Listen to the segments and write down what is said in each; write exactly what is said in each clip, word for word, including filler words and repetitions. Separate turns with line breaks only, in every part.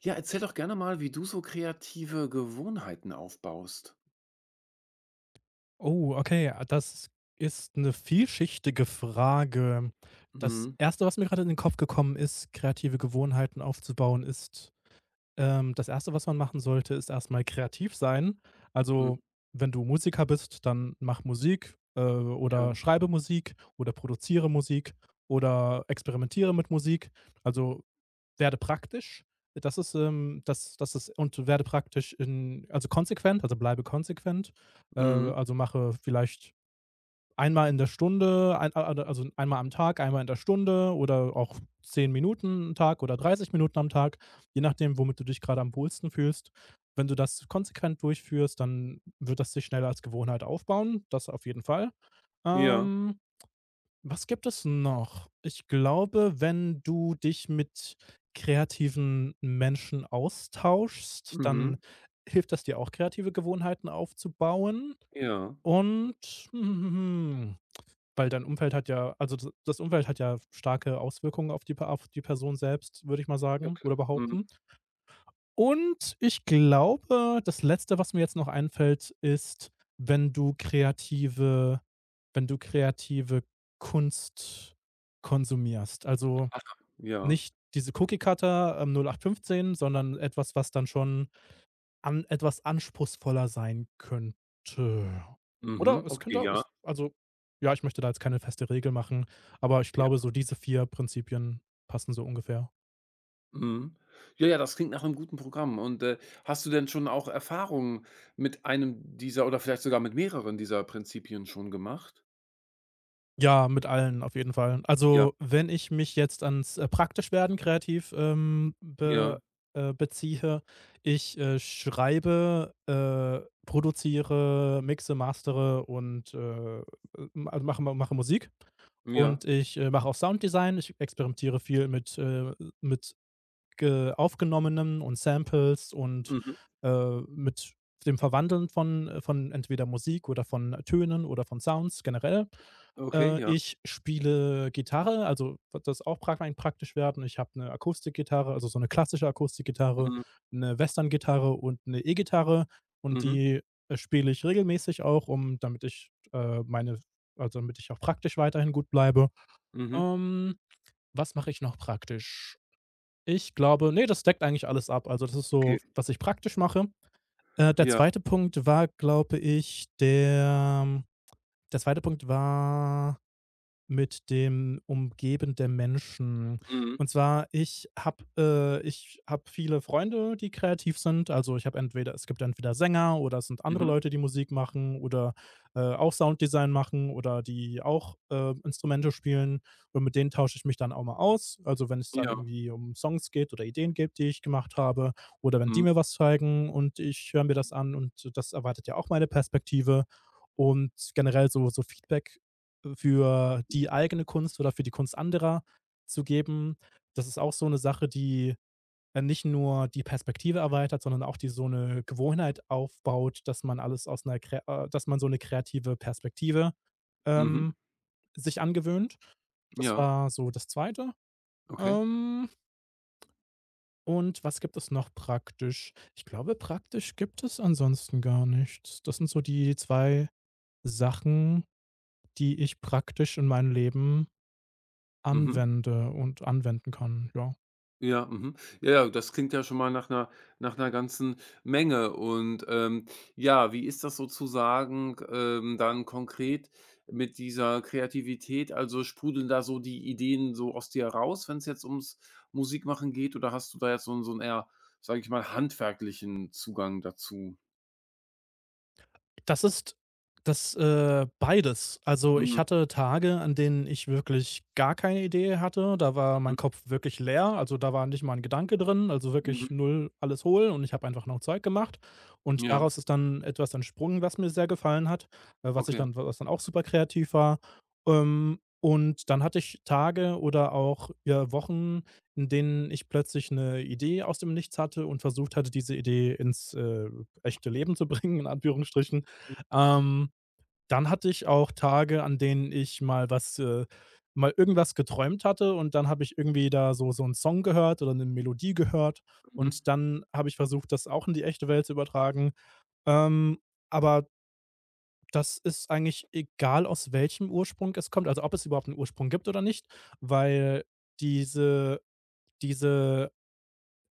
Ja, erzähl doch gerne mal, wie du so kreative Gewohnheiten aufbaust.
Oh, okay, ah, das ist eine vielschichtige Frage. Das
Mhm.
Erste, was mir gerade in den Kopf gekommen ist, kreative Gewohnheiten aufzubauen, ist ähm, das Erste, was man machen sollte, ist erstmal kreativ sein.
Mhm.
Also, wenn du Musiker bist, dann mach Musik, äh,
Ja.
oder schreibe Musik oder produziere Musik oder experimentiere mit Musik. Also, werde praktisch. Das ist, ähm, das, das ist, Und werde praktisch in, also konsequent, also bleibe konsequent. Äh,
Mhm.
also mache vielleicht einmal in der Stunde, ein, also einmal am Tag, einmal in der Stunde oder auch zehn Minuten am Tag oder dreißig Minuten am Tag, je nachdem, womit du dich gerade am wohlsten fühlst. Wenn du das konsequent durchführst, dann wird das sich schneller als Gewohnheit aufbauen, das auf jeden Fall.
Ja.
Ähm, Was gibt es noch? Ich glaube, wenn du dich mit kreativen Menschen austauschst, dann
Mhm.
hilft das dir auch, kreative Gewohnheiten aufzubauen.
Ja.
Und, hm, hm, hm, weil dein Umfeld hat ja also d das Umfeld hat ja starke Auswirkungen auf die Pe auf die Person selbst, würde ich mal
Ja,
sagen oder
klar. Mhm.
behaupten. Und ich glaube, das Letzte, was mir jetzt noch einfällt, ist, wenn du kreative wenn du kreative Kunst konsumierst. Also,
Ach, ja.
nicht diese Cookie-Cutter, ähm, null acht fünfzehn, sondern etwas, was dann schon an etwas anspruchsvoller sein könnte.
Mhm.
Oder es
Okay,
könnte auch-
ja.
es also, ja, ich möchte da jetzt keine feste Regel machen, aber ich glaube,
Ja.
so diese vier Prinzipien passen so ungefähr.
Mhm. Ja, ja, das klingt nach einem guten Programm. Und, äh, hast du denn schon auch Erfahrungen mit einem dieser oder vielleicht sogar mit mehreren dieser Prinzipien schon gemacht?
Ja, mit allen auf jeden Fall.
Ja.
Also, wenn ich mich jetzt ans, äh, praktisch werden kreativ, ähm, be
Ja.
äh, beziehe, ich, äh, schreibe, äh, produziere, mixe, mastere und, äh, m also, mache mache Musik
Ja.
und ich, äh, mache auch Sounddesign. Ich experimentiere viel mit, äh mit ge Aufgenommenem und Samples und,
Mhm.
äh, mit dem Verwandeln von äh, von entweder Musik oder von Tönen oder von Sounds generell.
Okay,
Äh,
ja.
ich spiele Gitarre, also wird das auch prag rein praktisch werden. Ich habe eine Akustikgitarre, also so eine klassische Akustikgitarre,
Mhm.
'ne Westerngitarre und eine E-Gitarre und
Mhm.
die, äh, spiele ich regelmäßig auch, um damit ich, äh, meine also damit ich auch praktisch weiterhin gut bleibe.
Mhm.
Ähm, Was mache ich noch praktisch? Ich glaube, nee, das deckt eigentlich alles ab. Also, das ist
Okay.
so, was ich praktisch mache. Äh, der
Ja.
zweite Punkt war, glaube ich, der der zweite Punkt war mit dem Umgeben der Menschen.
Mhm.
Und zwar, ich habe äh, ich habe viele Freunde, die kreativ sind. Also ich habe entweder es gibt entweder Sänger oder es sind andere
Mhm.
Leute, die Musik machen oder äh, auch Sounddesign machen oder die auch äh, Instrumente spielen. Und mit denen tausche ich mich dann auch mal aus. Also, wenn es dann
Ja.
irgendwie um Songs geht oder Ideen gibt, die ich gemacht habe, oder wenn die
Mhm.
mir was zeigen und ich höre mir das an und das erweitert ja auch meine Perspektive. Und generell so, so Feedback für die eigene Kunst oder für die Kunst anderer zu geben. Das ist auch so eine Sache, die, äh, nicht nur die Perspektive erweitert, sondern auch die so eine Gewohnheit aufbaut, dass man alles aus einer, krä äh, dass man so eine kreative Perspektive,
Mhm.
ähm, sich angewöhnt. Das
Ja.
war so das Zweite.
Okay.
Ähm, und was gibt es noch praktisch? Ich glaube, praktisch gibt es ansonsten gar nichts. Das sind so die zwei Sachen, die ich praktisch in meinem Leben
Mhm.
anwende und anwenden kann, ja.
Ja, mhm. Ja, ja, das klingt ja schon mal nach einer nach 'ner ganzen Menge und, ähm, ja, wie ist das sozusagen, ähm, dann konkret mit dieser Kreativität? Also, sprudeln da so die Ideen so aus dir raus, wenn es jetzt ums Musikmachen geht, oder hast du da jetzt so einen so 'n eher, sage ich mal, handwerklichen Zugang dazu?
Das ist das, äh, beides. Also, ich
Mhm,
hatte Tage, an denen ich wirklich gar keine Idee hatte. Da war mein
mhm,
Kopf wirklich leer. Also, da war nicht mal ein Gedanke drin, also wirklich
mhm.
null, alles hohl, und ich habe einfach noch Zeug gemacht. Und
Ja,
daraus ist dann etwas entsprungen, was mir sehr gefallen hat, äh, was ich
okay.
dann was dann auch super kreativ war. Ähm, und dann hatte ich Tage oder auch, ja, Wochen, in denen ich plötzlich eine Idee aus dem Nichts hatte und versucht hatte, diese Idee ins, äh, echte Leben zu bringen, in Anführungsstrichen.
Ja,
Ähm, Dann hatte ich auch Tage, an denen ich mal was äh, mal irgendwas geträumt hatte und dann habe ich irgendwie da so so einen Song gehört oder eine Melodie gehört
mhm.
und dann habe ich versucht, das auch in die echte Welt zu übertragen. Ähm, aber das ist eigentlich egal, aus welchem Ursprung es kommt, also ob es überhaupt einen Ursprung gibt oder nicht, weil diese diese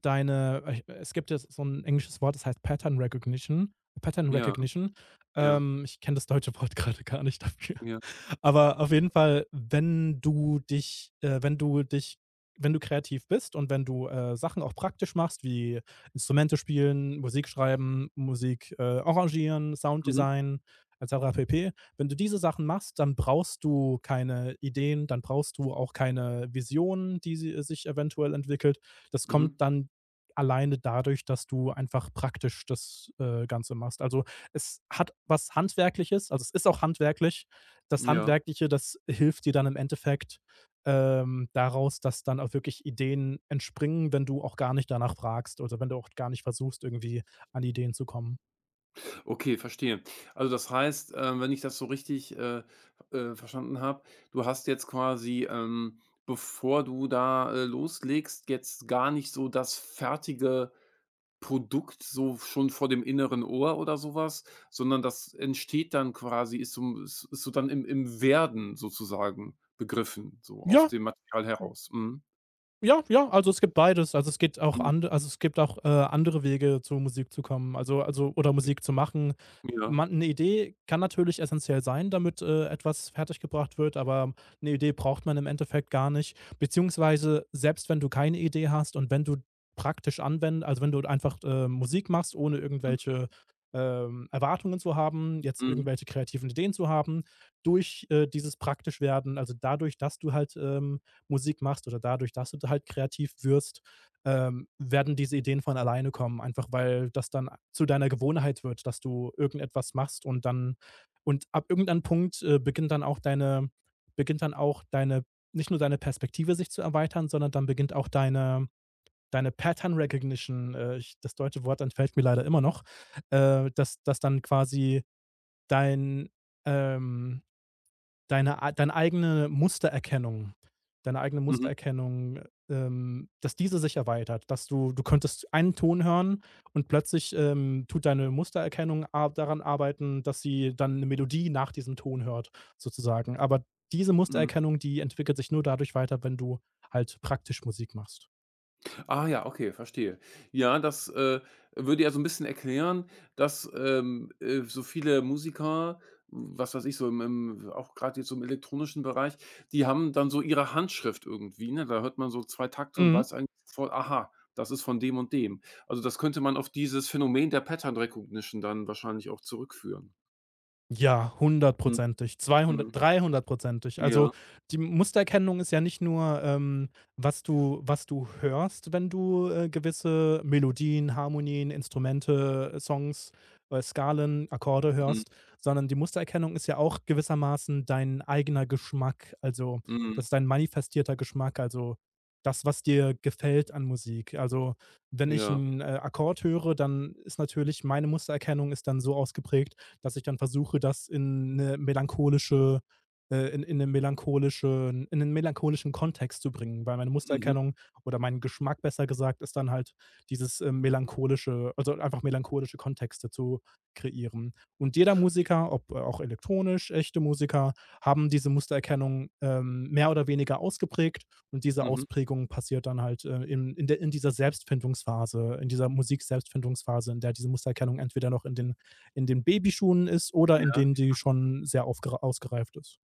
deine äh, es gibt jetzt so ein englisches Wort, das heißt Pattern Recognition, Pattern
Ja,
Recognition.
ja,
Ähm, ich kenne das deutsche Wort gerade gar nicht dafür.
ja.
Aber auf jeden Fall, wenn du dich äh, wenn du dich wenn du kreativ bist und wenn du, äh, Sachen auch praktisch machst, wie Instrumente spielen, Musik schreiben, Musik, äh, arrangieren,
Mhm,
Sounddesign, et cetera pp. Wenn du diese Sachen machst, dann brauchst du keine Ideen, dann brauchst du auch keine Vision, die sie sich eventuell entwickelt. Das
mhm,
kommt dann alleine dadurch, dass du einfach praktisch das, äh, Ganze machst. Also, es hat was Handwerkliches, also, es ist auch handwerklich. Das
ja.
Handwerkliche, das hilft dir dann im Endeffekt, ähm, daraus, dass dann auch wirklich Ideen entspringen, wenn du auch gar nicht danach fragst oder wenn du auch gar nicht versuchst, irgendwie an Ideen zu kommen.
Okay, verstehe. Also das heißt, ähm, wenn ich das so richtig, äh, äh, verstanden habe, du hast jetzt quasi, ähm, bevor du da, äh, loslegst, jetzt gar nicht so das fertige Produkt so schon vor dem inneren Ohr oder sowas, sondern das entsteht dann quasi ist so ist ist so dann im im Werden sozusagen begriffen, so aus
Ja,
dem Material heraus. Mhm.
ja, ja, also es gibt beides. Also, es geht auch
Mhm.
and also, es gibt auch, äh, andere Wege, zu Musik zu kommen, also also oder Musik zu machen.
Ja.
Man 'Ne Idee kann natürlich essenziell sein, damit, äh, etwas fertiggebracht wird, aber 'ne Idee braucht man im Endeffekt gar nicht. Beziehungsweise, selbst wenn du keine Idee hast und wenn du praktisch anwend also, wenn du einfach, äh, Musik machst, ohne
Mhm.
irgendwelche, ähm, Erwartungen zu haben, jetzt
Mhm.
irgendwelche kreativen Ideen zu haben, durch, äh, dieses praktisch werden, also dadurch, dass du halt, ähm Musik machst oder dadurch, dass du halt kreativ wirst, ähm, werden diese Ideen von alleine kommen, einfach weil das dann zu deiner Gewohnheit wird, dass du irgendetwas machst, und dann und ab irgendeinem Punkt, äh, beginnt dann auch deine beginnt dann auch deine, nicht nur deine Perspektive sich zu erweitern, sondern dann beginnt auch deine deine Pattern Recognition, äh, ich, das deutsche Wort entfällt mir leider immer noch, äh, dass dass dann quasi dein, ähm deine ei deine eigene Mustererkennung deine eigene
Mhm.
Mustererkennung, ähm dass diese sich erweitert, dass du du könntest einen Ton hören und plötzlich, ähm, tut deine Mustererkennung ar daran arbeiten, dass sie dann eine Melodie nach diesem Ton hört sozusagen. Aber diese
Mhm.
Mustererkennung, die entwickelt sich nur dadurch weiter, wenn du halt praktisch Musik machst.
Ah ja, okay, verstehe. Ja, das, äh, würde ja so 'n bisschen erklären, dass, ähm, äh, so viele Musiker, was weiß ich, so im im auch grad jetzt so im elektronischen Bereich, die haben dann so ihre Handschrift irgendwie, ne? Da hört man so zwei Takte und
Mhm.
weiß eigentlich sofort: „Aha, das ist von dem und dem.“ Also, das könnte man auf dieses Phänomen der Pattern Recognition dann wahrscheinlich auch zurückführen.
Ja,
Mhm,
hundertprozentig, zweihundert,
mhm.
dreihundertprozentig. Also,
Ja,
die Mustererkennung ist ja nicht nur, ähm, was du was du hörst, wenn du, äh, gewisse Melodien, Harmonien, Instrumente, äh, Songs, äh, Skalen, Akkorde
mhm,
hörst, sondern die Mustererkennung ist ja auch gewissermaßen dein eigener Geschmack. Also,
mhm.
das ist dein manifestierter Geschmack, also das, was dir gefällt an Musik. Also, wenn ich
Ja.
einen äh, Akkord höre, dann ist natürlich meine Mustererkennung ist dann so ausgeprägt, dass ich dann versuche, das in eine melancholische äh, in in 'ne melancholischen in einen melancholischen Kontext zu bringen, weil meine
Mhm.
Mustererkennung oder mein Geschmack besser gesagt ist dann halt dieses, ähm, melancholische, also einfach melancholische Kontexte zu kreieren. Und jeder
J
Musiker, ob äh, auch elektronisch, echte Musiker, haben diese Mustererkennung, ähm, mehr oder weniger ausgeprägt, und diese
Mhm.
Ausprägung passiert dann halt, äh, in in der in dieser Selbstfindungsphase, in dieser Musik-Selbstfindungsphase, in der diese Mustererkennung entweder noch in den in den Babyschuhen ist oder in
Ja.
denen die schon sehr ausgereift ist.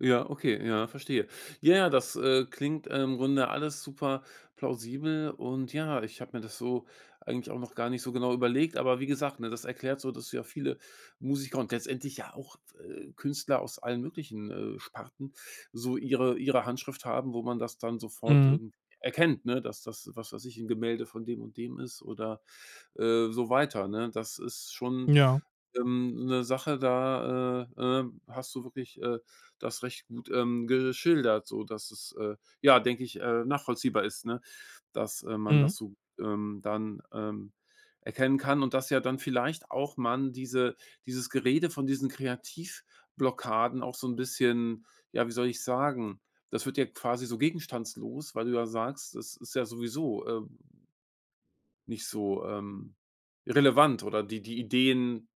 Ja, okay, ja, verstehe. Ja, ja, das, äh, klingt äh, im Grunde alles super plausibel und ja, ich habe mir das so eigentlich auch noch gar nicht so genau überlegt, aber wie gesagt, ne, das erklärt so, dass du ja viele Musiker und letztendlich ja auch, äh, Künstler aus allen möglichen, äh, Sparten so ihre ihre Handschrift haben, wo man das dann sofort
Mhm.
irgendwie erkennt, ne, dass das, was weiß ich, ein Gemälde von dem und dem ist oder äh, so weiter, ne? Das ist schon,
Ja.
ähm, so 'ne Sache, da, äh, äh, hast du wirklich, äh, das recht gut, ähm, geschildert, so dass es, äh, ja, denke ich, äh, nachvollziehbar ist, ne, dass, äh, man
Mhm.
das so, ähm, dann, ähm, erkennen kann und dass ja dann vielleicht auch man diese dieses Gerede von diesen Kreativblockaden auch so ein bisschen ja, wie soll ich sagen, das wird ja quasi so gegenstandslos, weil du ja sagst, das ist ja sowieso, äh nicht so, ähm, relevant oder die die Ideen,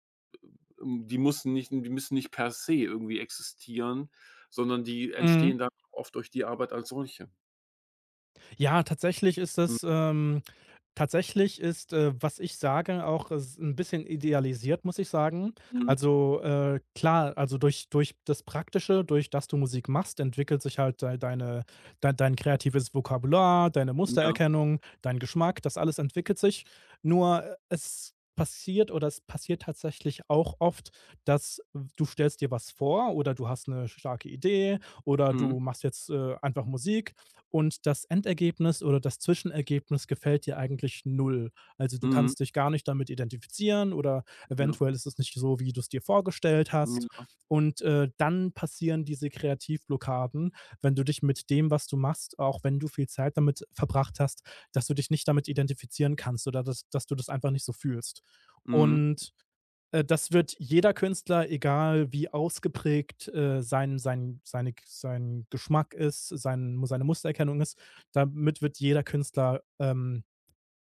hm, die müssen nicht die müssen nicht per se irgendwie existieren, sondern die
Mhm.
entstehen dann oft durch die Arbeit als solche.
Ja, tatsächlich ist
Mhm.
das ähm, tatsächlich ist, äh, was ich sage, auch äh, s 'n bisschen idealisiert, muss ich sagen.
Mhm.
Also, äh, klar, also durch durch das Praktische, durch, dass du Musik machst, entwickelt sich halt dei deine dei dein kreatives Vokabular, deine
Ja.
Mustererkennung, dein Geschmack, das alles entwickelt sich. Nur äh, es passiert, oder es passiert tatsächlich auch oft, dass du stellst dir was vor oder du hast eine starke Idee oder
Mhm.
du machst jetzt, äh, einfach Musik und das Endergebnis oder das Zwischenergebnis gefällt dir eigentlich null. Also, du
Mhm.
kannst dich gar nicht damit identifizieren oder
Ja.
eventuell ist es nicht so, wie du es dir vorgestellt
Mhm.
hast.
Ja.
Und, äh, dann passieren diese Kreativblockaden, wenn du dich mit dem, was du machst, auch wenn du viel Zeit damit verbracht hast, dass du dich nicht damit identifizieren kannst oder dass dass du das einfach nicht so fühlst.
Mhm.
Und, äh, das wird jeder Künstler, egal wie ausgeprägt, äh, sein sein seine sein Geschmack ist, sein seine Mustererkennung ist, damit wird jeder Künstler, ähm,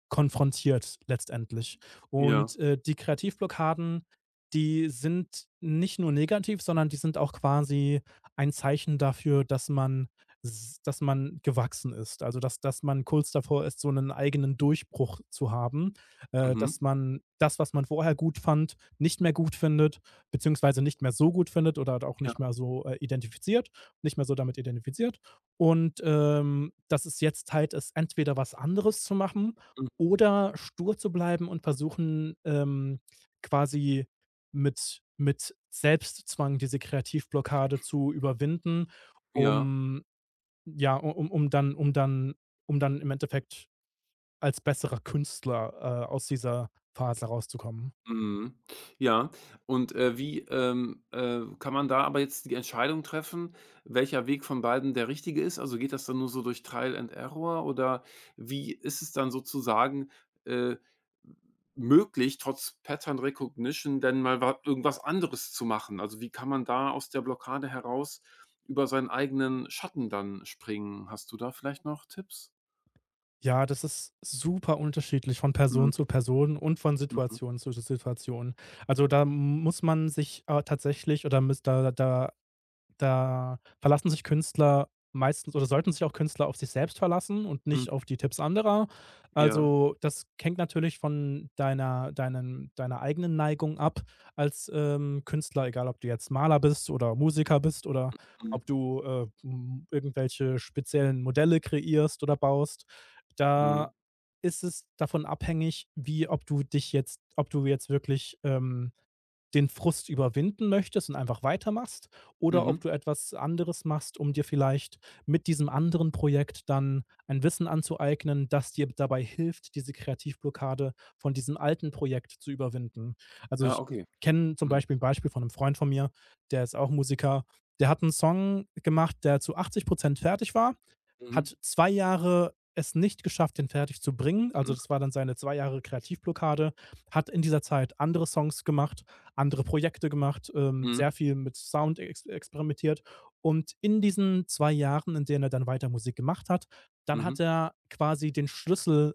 konfrontiert letztendlich.
Ja.
Und, äh, die Kreativblockaden, die sind nicht nur negativ, sondern die sind auch quasi ein Zeichen dafür, dass man s dass man gewachsen ist. Also, dass dass man kurz davor ist, so einen eigenen Durchbruch zu haben, äh,
Mhm.
dass man das, was man vorher gut fand, nicht mehr gut findet, beziehungsweise nicht mehr so gut findet oder halt auch
Ja.
nicht mehr so, äh, identifiziert nicht mehr so damit identifiziert. Und, ähm, dass es jetzt Zeit ist, entweder was anderes zu machen
Mhm.
oder stur zu bleiben und versuchen, ähm, quasi mit mit Selbstzwang diese Kreativblockade zu überwinden,
Ja.
um ja, u um um dann um dann um dann im Endeffekt als besserer Künstler, äh, aus dieser Phase rauszukommen.
Mhm. Ja, und, äh, wie, ähm, äh, kann man da aber jetzt die Entscheidung treffen, welcher Weg von beiden der richtige ist? Also, geht das dann nur so durch Trial and Error oder wie ist es dann sozusagen, äh, möglich, trotz Pattern Recognition denn mal wa irgendwas anderes zu machen? Also, wie kann man da aus der Blockade heraus über seinen eigenen Schatten dann springen? Hast du da vielleicht noch Tipps?
Ja, das ist super unterschiedlich von
Mhm,
Person zu Person und von
mhm,
Situation zu Situation. Also, da muss man sich, äh, tatsächlich oder müsst da da da verlassen sich Künstler meistens oder sollten sich auch Künstler auf sich selbst verlassen und
mhm,
nicht auf die Tipps anderer.
ja,
Also, das hängt natürlich von deiner deinen deiner eigenen Neigung ab als, ähm, Künstler, egal ob du jetzt Maler bist oder Musiker bist oder
mhm,
ob du, äh, hm, irgendwelche speziellen Modelle kreierst oder baust.
mhm,
Da ist es davon abhängig, wie ob du dich jetzt ob du jetzt wirklich, ähm, den Frust überwinden möchtest und einfach weitermachst oder
mhm.
ob du etwas anderes machst, um dir vielleicht mit diesem anderen Projekt dann ein Wissen anzueignen, das dir dabei hilft, diese Kreativblockade von diesem alten Projekt zu überwinden. Also,
Ah,
ich
okay.
kenne zum
Mhm,
Beispiel ein Beispiel von einem Freund von mir, der ist auch Musiker. Der hat einen Song gemacht, der zu achtzig fertig war,
mhm.
hat zwei Jahre es nicht geschafft, den fertig zu bringen. Also, das
Mhm,
war dann seine zwei Jahre Kreativblockade. Hat in dieser Zeit andere Songs gemacht, andere Projekte gemacht, ähm,
mhm,
sehr viel mit Sound ex experimentiert. Und in diesen zwei Jahren, in denen er dann weiter Musik gemacht hat, dann hat
mhm,
er quasi den Schlüssel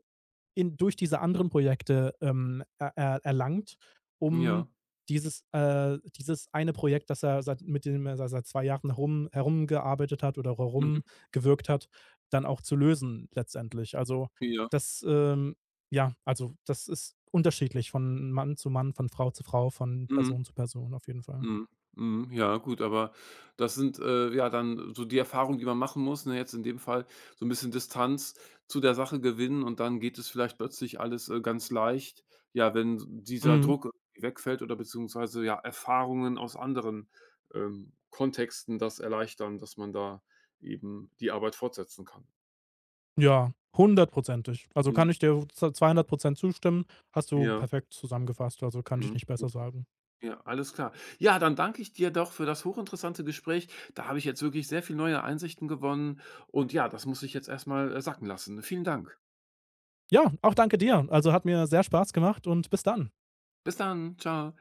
in, durch diese anderen Projekte, ähm, er, er, erlangt, um
ja,
dieses, äh, dieses eine Projekt, das er seit, mit dem er seit zwei Jahren herum, herumgearbeitet hat oder
mhm,
herumgewirkt hat, dann auch zu lösen letztendlich. Also
ja,
das, ähm, ja, also das ist unterschiedlich von Mann zu Mann, von Frau zu Frau, von
mhm,
Person zu Person auf jeden Fall.
mhm, mhm, ja, gut, aber das sind, äh, ja, dann so die Erfahrungen, die man machen muss, ne, jetzt in dem Fall so ein bisschen Distanz zu der Sache gewinnen und dann geht es vielleicht plötzlich alles, äh, ganz leicht, ja, wenn dieser
Mhm.
Druck wegfällt oder beziehungsweise, ja, Erfahrungen aus anderen, ähm, Kontexten das erleichtern, dass man da eben die Arbeit fortsetzen kann.
Ja, hundertprozentig. Also
Mhm,
kann ich dir zu zweihundert Prozent zustimmen. Hast du
ja,
perfekt zusammengefasst. Also kann ich
mhm.
nicht besser sagen.
Ja, alles klar. Ja, dann danke ich dir doch für das hochinteressante Gespräch. Da habe ich jetzt wirklich sehr viel neue Einsichten gewonnen und ja, das muss ich jetzt erstmal äh, sacken lassen. Vielen Dank.
Ja, auch danke dir. Also hat mir sehr Spaß gemacht und bis dann.
Bis dann. Ciao.